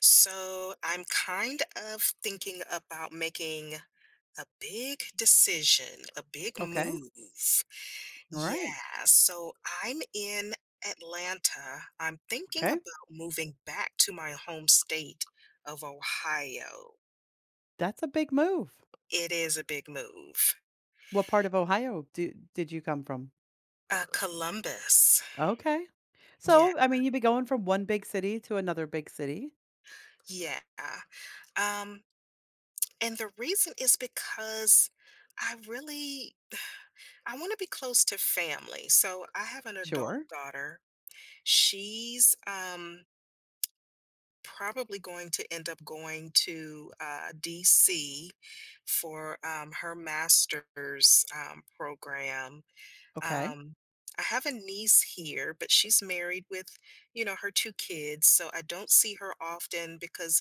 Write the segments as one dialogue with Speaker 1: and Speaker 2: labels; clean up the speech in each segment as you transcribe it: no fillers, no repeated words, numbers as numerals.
Speaker 1: So I'm kind of thinking about making a big decision, a big
Speaker 2: Okay.
Speaker 1: move.
Speaker 2: All right.
Speaker 1: Yeah, so I'm in Atlanta. I'm thinking
Speaker 2: Okay.
Speaker 1: about moving back to my home state of Ohio.
Speaker 2: That's a big move.
Speaker 1: It is a big move.
Speaker 2: What part of Ohio did you come from?
Speaker 1: Columbus.
Speaker 2: Okay.
Speaker 1: Yeah,
Speaker 2: So, I mean, you'd be going from one big city to another big city.
Speaker 1: yeah. Um, and the reason is because I really I want to be close to family. So I have an adult
Speaker 2: Sure.
Speaker 1: daughter. She's, probably going to end up going to, DC for, her master's, program.
Speaker 2: Okay.
Speaker 1: Um, I have a niece here, but she's married with, you know, her 2 kids, so I don't see her often because,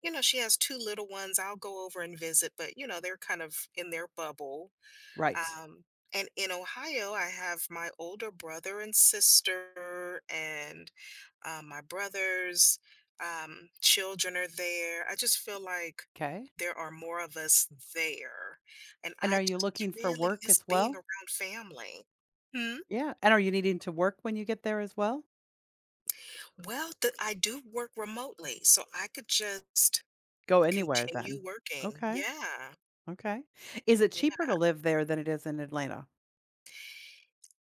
Speaker 1: you know, she has 2 little ones. I'll go over and visit, but, you know, they're kind of in their bubble.
Speaker 2: Right.
Speaker 1: Um, and in Ohio, I have my older brother and sister, and my brother's children are there. I just feel like
Speaker 2: Okay.
Speaker 1: there are more of us there. And
Speaker 2: And
Speaker 1: I
Speaker 2: are you
Speaker 1: just
Speaker 2: looking for
Speaker 1: really
Speaker 2: work
Speaker 1: miss
Speaker 2: as
Speaker 1: being
Speaker 2: well?
Speaker 1: around family. Hmm.
Speaker 2: Yeah. And are you needing to work when you get there as well?
Speaker 1: Well, I do work remotely, so I could just
Speaker 2: Go anywhere
Speaker 1: continue
Speaker 2: then.
Speaker 1: working.
Speaker 2: Okay.
Speaker 1: Yeah.
Speaker 2: Okay. Is it cheaper to live there than it is in Atlanta?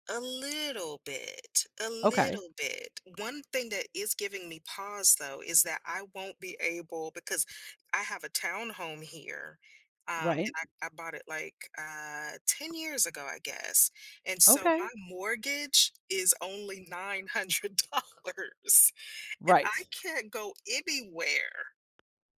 Speaker 1: A little bit, a
Speaker 2: Okay.
Speaker 1: little bit. One thing that is giving me pause though is that I won't be able because I have a townhome here. And
Speaker 2: Right.
Speaker 1: I bought it like 10 years ago, I guess. And so
Speaker 2: Okay.
Speaker 1: my mortgage is only $900, and I
Speaker 2: Right.
Speaker 1: can't go anywhere,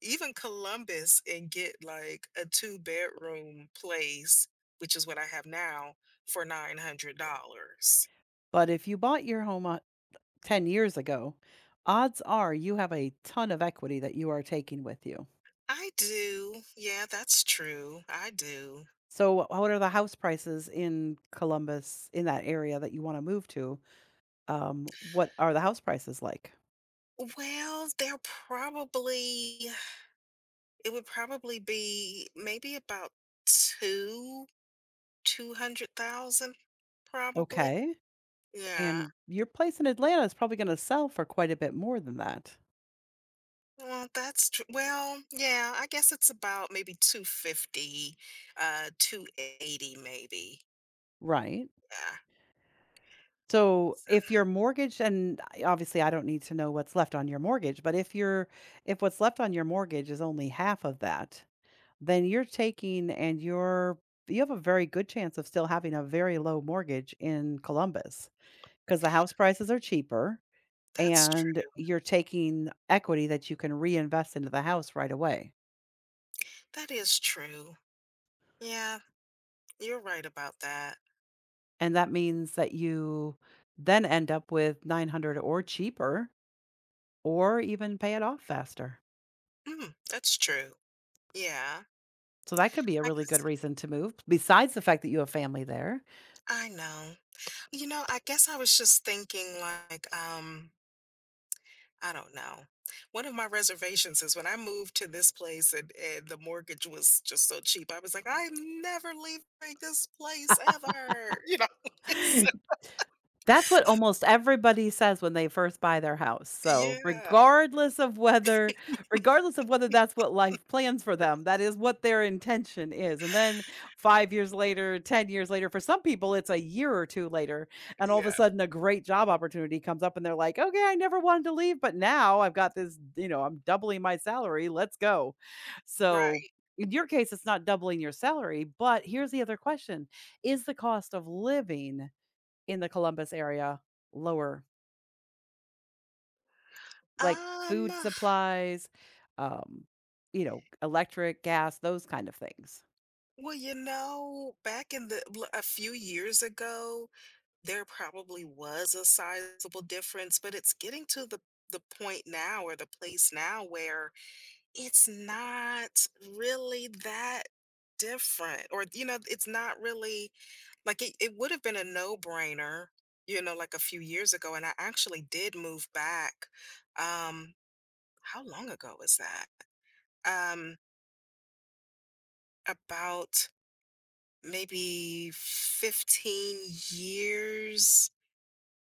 Speaker 1: even Columbus, and get like a two-bedroom place, which is what I have now, for $900.
Speaker 2: But if you bought your home 10 years ago, odds are you have a ton of equity that you are taking with you.
Speaker 1: I do. Yeah, that's true. I do.
Speaker 2: So, what are the house prices in Columbus, in that area that you want to move to? What are the house prices like?
Speaker 1: Well, it would probably be maybe about two, 200,000, probably.
Speaker 2: Okay.
Speaker 1: Yeah.
Speaker 2: And your place in Atlanta is probably going to sell for quite a bit more than that.
Speaker 1: Well, that's true. Well, yeah, I guess it's about maybe 250, 280 maybe.
Speaker 2: Right.
Speaker 1: Yeah,
Speaker 2: So, if your mortgage, obviously I don't need to know what's left on your mortgage, but if what's left on your mortgage is only half of that, then you're taking and you're you have a very good chance of still having a very low mortgage in Columbus because the house prices are cheaper
Speaker 1: that's
Speaker 2: and
Speaker 1: true.
Speaker 2: you're taking equity that you can reinvest into the house right away.
Speaker 1: That is true. Yeah, you're right about that.
Speaker 2: And that means that you then end up with 900 or cheaper or even pay it off faster.
Speaker 1: Mm, that's true. Yeah,
Speaker 2: So that could be a
Speaker 1: I
Speaker 2: really good
Speaker 1: guess
Speaker 2: reason to move besides the fact that you have family there.
Speaker 1: I know. You know, I guess I was just thinking like, I don't know. One of my reservations is when I moved to this place and the mortgage was just so cheap. I was like, I'm never leaving this place ever. You know, it's,
Speaker 2: That's what almost everybody says when they first buy their house. So,
Speaker 1: yeah,
Speaker 2: regardless of whether that's what life plans for them, that is what their intention is. And then 5 years later, 10 years later, for some people it's a year or 2 later, and all of
Speaker 1: yeah,
Speaker 2: a sudden a great job opportunity comes up and they're like, "Okay, I never wanted to leave, but now I've got this, you know, I'm doubling my salary. Let's go." So,
Speaker 1: right.
Speaker 2: in your case, it's not doubling your salary, but here's the other question. Is the cost of living in the Columbus area lower, like
Speaker 1: Um,
Speaker 2: food supplies, um, you know, electric, gas, those kind of things.
Speaker 1: well, you know, back in the a few years ago, there probably was a sizable difference, but it's getting to the point now or the place now where it's not really that different. Or, you know, it's not really like it would have been a no-brainer, you know, like a few years ago, and I actually did move back. Um, how long ago was that? Um, about maybe 15 years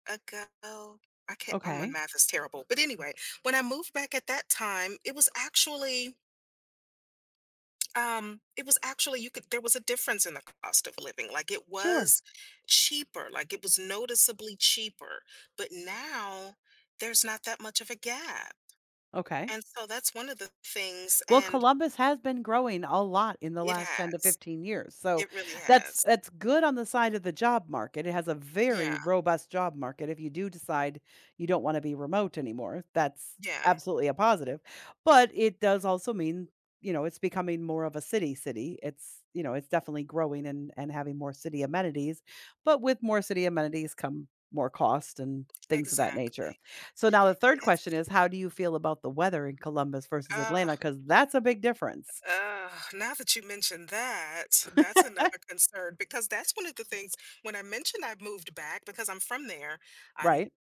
Speaker 1: ago. I can't, oh, my
Speaker 2: Okay.
Speaker 1: math is terrible. But anyway, when I moved back at that time, it was actually it was actually you could there was a difference in the cost of living. Like it
Speaker 2: Sure.
Speaker 1: was cheaper, like it was noticeably cheaper. But now there's not that much of a gap.
Speaker 2: Okay.
Speaker 1: And so that's one of the things.
Speaker 2: Well,
Speaker 1: And
Speaker 2: Columbus has been growing a lot in the
Speaker 1: it
Speaker 2: last 10 to
Speaker 1: has.
Speaker 2: 15 years. So
Speaker 1: It really
Speaker 2: that's
Speaker 1: has.
Speaker 2: that's good on the side of the job market. It has a
Speaker 1: Yeah.
Speaker 2: very robust job market if you do decide you don't want to be remote anymore. That's
Speaker 1: Yeah.
Speaker 2: absolutely a positive. But it does also mean, you know, it's becoming more of a city city. It's, you know, it's definitely growing and having more city amenities, but with more city amenities come more cost and things of that nature.
Speaker 1: Exactly.
Speaker 2: So now the third
Speaker 1: It's
Speaker 2: question is how do you feel about the weather in Columbus versus
Speaker 1: uh,
Speaker 2: Atlanta? Because that's a big difference,
Speaker 1: now that you mentioned that, that's another concern because that's one of the things when I mentioned I moved back because I'm from there. I
Speaker 2: right?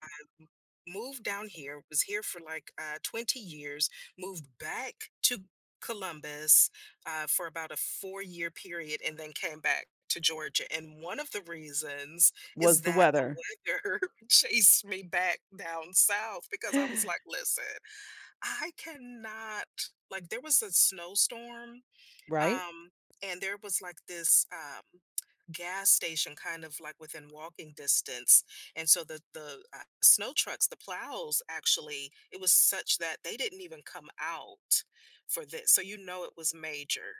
Speaker 1: moved down here, was here for like 20 years, moved back to Columbus for about a 4 year period, and then came back to Georgia. And one of the reasons is
Speaker 2: Was the
Speaker 1: that the
Speaker 2: weather.
Speaker 1: weather chased me back down south because I was like, listen, I cannot. Like there was a snowstorm
Speaker 2: Right?
Speaker 1: um, and there was like this gas station kind of like within walking distance. And so the snow trucks, the plows actually, it was such that they didn't even come out for this. So you know it was major.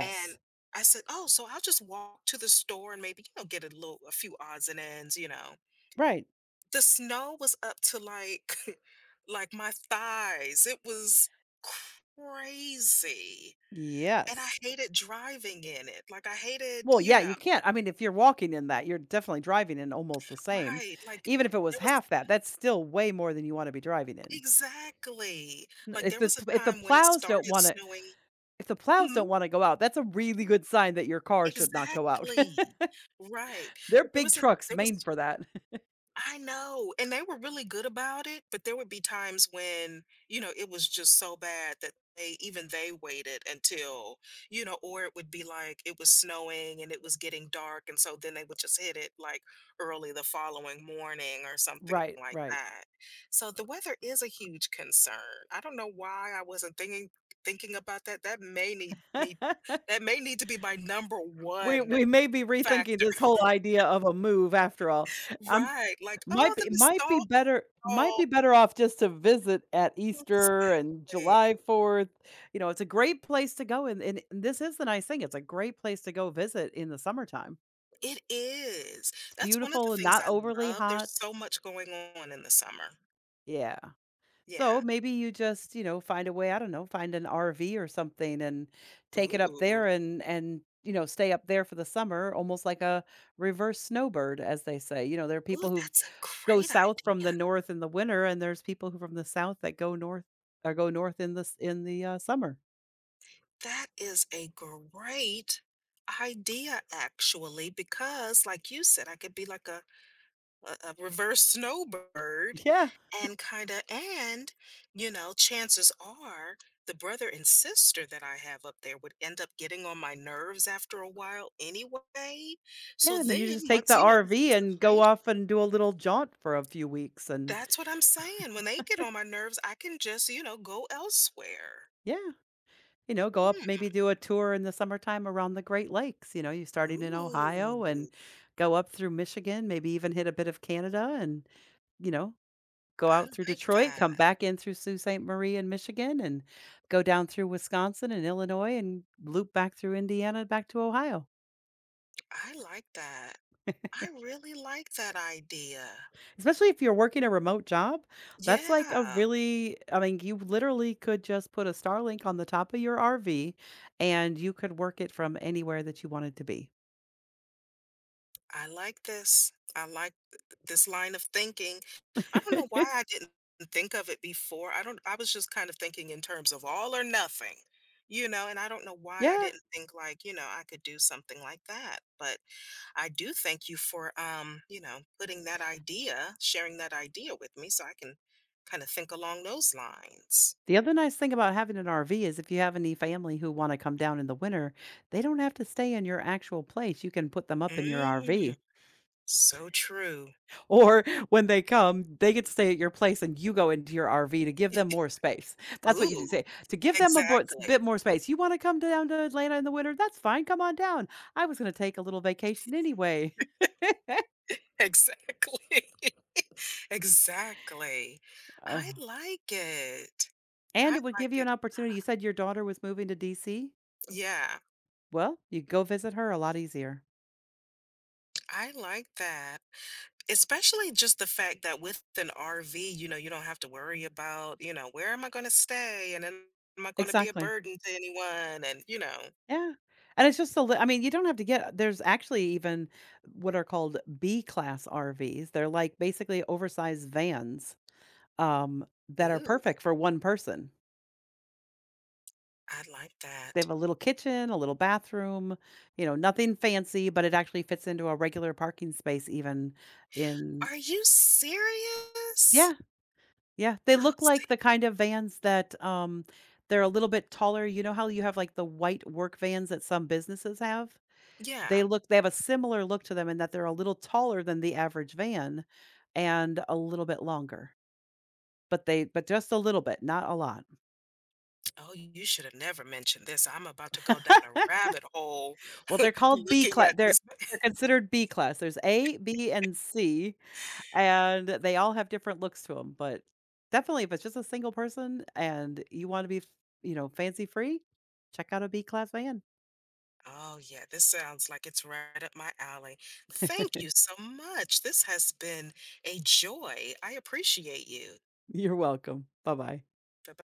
Speaker 1: And I said, "Oh, so I'll just walk to the store and maybe you know get a little a few odds and ends, you know."
Speaker 2: Right.
Speaker 1: The snow was up to like like my thighs. It was crazy. And I
Speaker 2: Yes.
Speaker 1: hated driving in it, like, I hated
Speaker 2: Well,
Speaker 1: you
Speaker 2: yeah, you
Speaker 1: know
Speaker 2: can't. I mean, if you're walking in that, you're definitely driving in almost the same.
Speaker 1: right, like,
Speaker 2: Even if it was
Speaker 1: there was
Speaker 2: half that, that's still way more than you want to be driving in.
Speaker 1: exactly, like,
Speaker 2: If
Speaker 1: there
Speaker 2: the
Speaker 1: was a
Speaker 2: if the
Speaker 1: time when it
Speaker 2: plows don't
Speaker 1: started
Speaker 2: want to
Speaker 1: snowing.
Speaker 2: if the plows don't
Speaker 1: Mhm,
Speaker 2: want to go out, that's a really good sign that your car should not go out.
Speaker 1: exactly, right,
Speaker 2: They're
Speaker 1: but
Speaker 2: big trucks
Speaker 1: there
Speaker 2: made
Speaker 1: was
Speaker 2: for that.
Speaker 1: I know, and they were really good about it, but there would be times when, you know, it was just so bad that they even they waited until, you know, or it would be like it was snowing and it was getting dark, and so then they would just hit it like early the following morning or something
Speaker 2: Right,
Speaker 1: like
Speaker 2: right.
Speaker 1: that. So the weather is a huge concern. I don't know why I wasn't thinking about that. That may need me That may need to be my number
Speaker 2: We
Speaker 1: one
Speaker 2: we may be rethinking
Speaker 1: factor.
Speaker 2: this whole idea of a move after all. Um,
Speaker 1: Right. Like, oh,
Speaker 2: might
Speaker 1: the
Speaker 2: be might be better might
Speaker 1: nostalgia.
Speaker 2: be better off just to visit at Easter and
Speaker 1: Exactly.
Speaker 2: July 4th. You know, it's a great place to go, and this is the nice thing, it's a great place to go visit in the summertime.
Speaker 1: It is.
Speaker 2: It's
Speaker 1: That's one of the
Speaker 2: beautiful and
Speaker 1: things
Speaker 2: not
Speaker 1: I
Speaker 2: overly
Speaker 1: love. There's
Speaker 2: hot.
Speaker 1: so much going on in the summer.
Speaker 2: Yeah. So
Speaker 1: Yeah.
Speaker 2: maybe you just, you know, find a way, I don't know, find an RV or something and take it up
Speaker 1: Ooh.
Speaker 2: there and you know, stay up there for the summer, almost like a reverse snowbird as they say. You know, there are
Speaker 1: Ooh,
Speaker 2: people who
Speaker 1: that's a
Speaker 2: go
Speaker 1: great
Speaker 2: south from the
Speaker 1: idea.
Speaker 2: north in the winter and there's people who from the south that go north or go north in the summer.
Speaker 1: That is a great idea, actually, because, like you said, I could be like a reverse snowbird
Speaker 2: Yeah.
Speaker 1: and kind of and you know chances are the brother and sister that I have up there would end up getting on my nerves after a while anyway. So
Speaker 2: Yeah, and then you just
Speaker 1: then
Speaker 2: take
Speaker 1: once
Speaker 2: the
Speaker 1: you know the
Speaker 2: RV
Speaker 1: seasons
Speaker 2: and go
Speaker 1: change,
Speaker 2: off and do a little jaunt for a few weeks and
Speaker 1: that's what I'm saying, when they get on my nerves I can just you know go elsewhere.
Speaker 2: yeah. You know, go up, maybe
Speaker 1: Hmm.
Speaker 2: do a tour in the summertime around the Great Lakes. You know, you starting in
Speaker 1: Ooh,
Speaker 2: Ohio and go up through Michigan, maybe even hit a bit of Canada and, you know, go
Speaker 1: I
Speaker 2: out through
Speaker 1: like
Speaker 2: Detroit, come
Speaker 1: that.
Speaker 2: back in through Sault Ste. Marie in Michigan and go down through Wisconsin and Illinois and loop back through Indiana back to Ohio.
Speaker 1: I like that. I really like that idea.
Speaker 2: Especially if you're working a remote job, that's
Speaker 1: Yeah.
Speaker 2: like a really, I mean, you literally could just put a Starlink on the top of your RV and you could work it from anywhere that you wanted to be.
Speaker 1: I like this. I like th th this line of thinking. I don't know why I didn't think of it before. I don't I was just kind of thinking in terms of all or nothing, you know, and I don't know why I
Speaker 2: Yeah.
Speaker 1: didn't think like, you know, I could do something like that. But I do thank you for you know, putting that idea, sharing that idea with me so I can kind of think along those lines.
Speaker 2: The other nice thing about having an RV is if you have any family who want to come down in the winter, they don't have to stay in your actual place. You can put them up in your
Speaker 1: Mm,
Speaker 2: RV.
Speaker 1: so true.
Speaker 2: Or when they come, they get to stay at your place and you go into your RV to give them more space. That's what you do
Speaker 1: Ooh,
Speaker 2: say to give them a
Speaker 1: exactly.
Speaker 2: bit more space. You want to come down to Atlanta in the winter? That's fine. Come on down. I was going to take a little vacation anyway.
Speaker 1: Exactly. Exactly.
Speaker 2: Ugh.
Speaker 1: I like it. I
Speaker 2: And it would give
Speaker 1: like
Speaker 2: you an
Speaker 1: it.
Speaker 2: opportunity. You said your daughter was moving to DC.
Speaker 1: Yeah,
Speaker 2: Well, you go visit her a lot easier.
Speaker 1: I like that. Especially just the fact that with an RV, you know, you don't have to worry about, you know, where am I going to stay and then am I going to be a
Speaker 2: Exactly.
Speaker 1: burden to anyone? And, you know,
Speaker 2: Yeah, and it's just a li I mean, you don't have to get there's actually even what are called B-class RVs. They're, like, basically oversized vans, that are
Speaker 1: ooh,
Speaker 2: perfect for one person.
Speaker 1: I like
Speaker 2: They
Speaker 1: that.
Speaker 2: have a little kitchen, a little bathroom, you know, nothing fancy, but it actually fits into a regular parking space even in.
Speaker 1: Are you
Speaker 2: Yeah,
Speaker 1: serious?
Speaker 2: yeah. They
Speaker 1: Oh,
Speaker 2: look
Speaker 1: see.
Speaker 2: like the kind of vans that, they're a little bit taller. You know how you have, like, the white work vans that some businesses have?
Speaker 1: Yeah.
Speaker 2: They have a similar look to them in that they're a little taller than the average van and a little bit longer, but they but just a little bit, not a lot.
Speaker 1: Oh, you should have never mentioned this. I'm about to go down a rabbit hole
Speaker 2: Well, they're called B
Speaker 1: looking
Speaker 2: class.
Speaker 1: at
Speaker 2: they're
Speaker 1: these.
Speaker 2: they're considered B class. There's A, B, and C, and they all have different looks to them. But definitely if it's just a single person and you wanna be f you know, fancy free, check out a B class van.
Speaker 1: Oh, yeah, this sounds like it's right up my alley. Thank you so much. This has been a joy. I appreciate you.
Speaker 2: You're welcome. Bye-bye.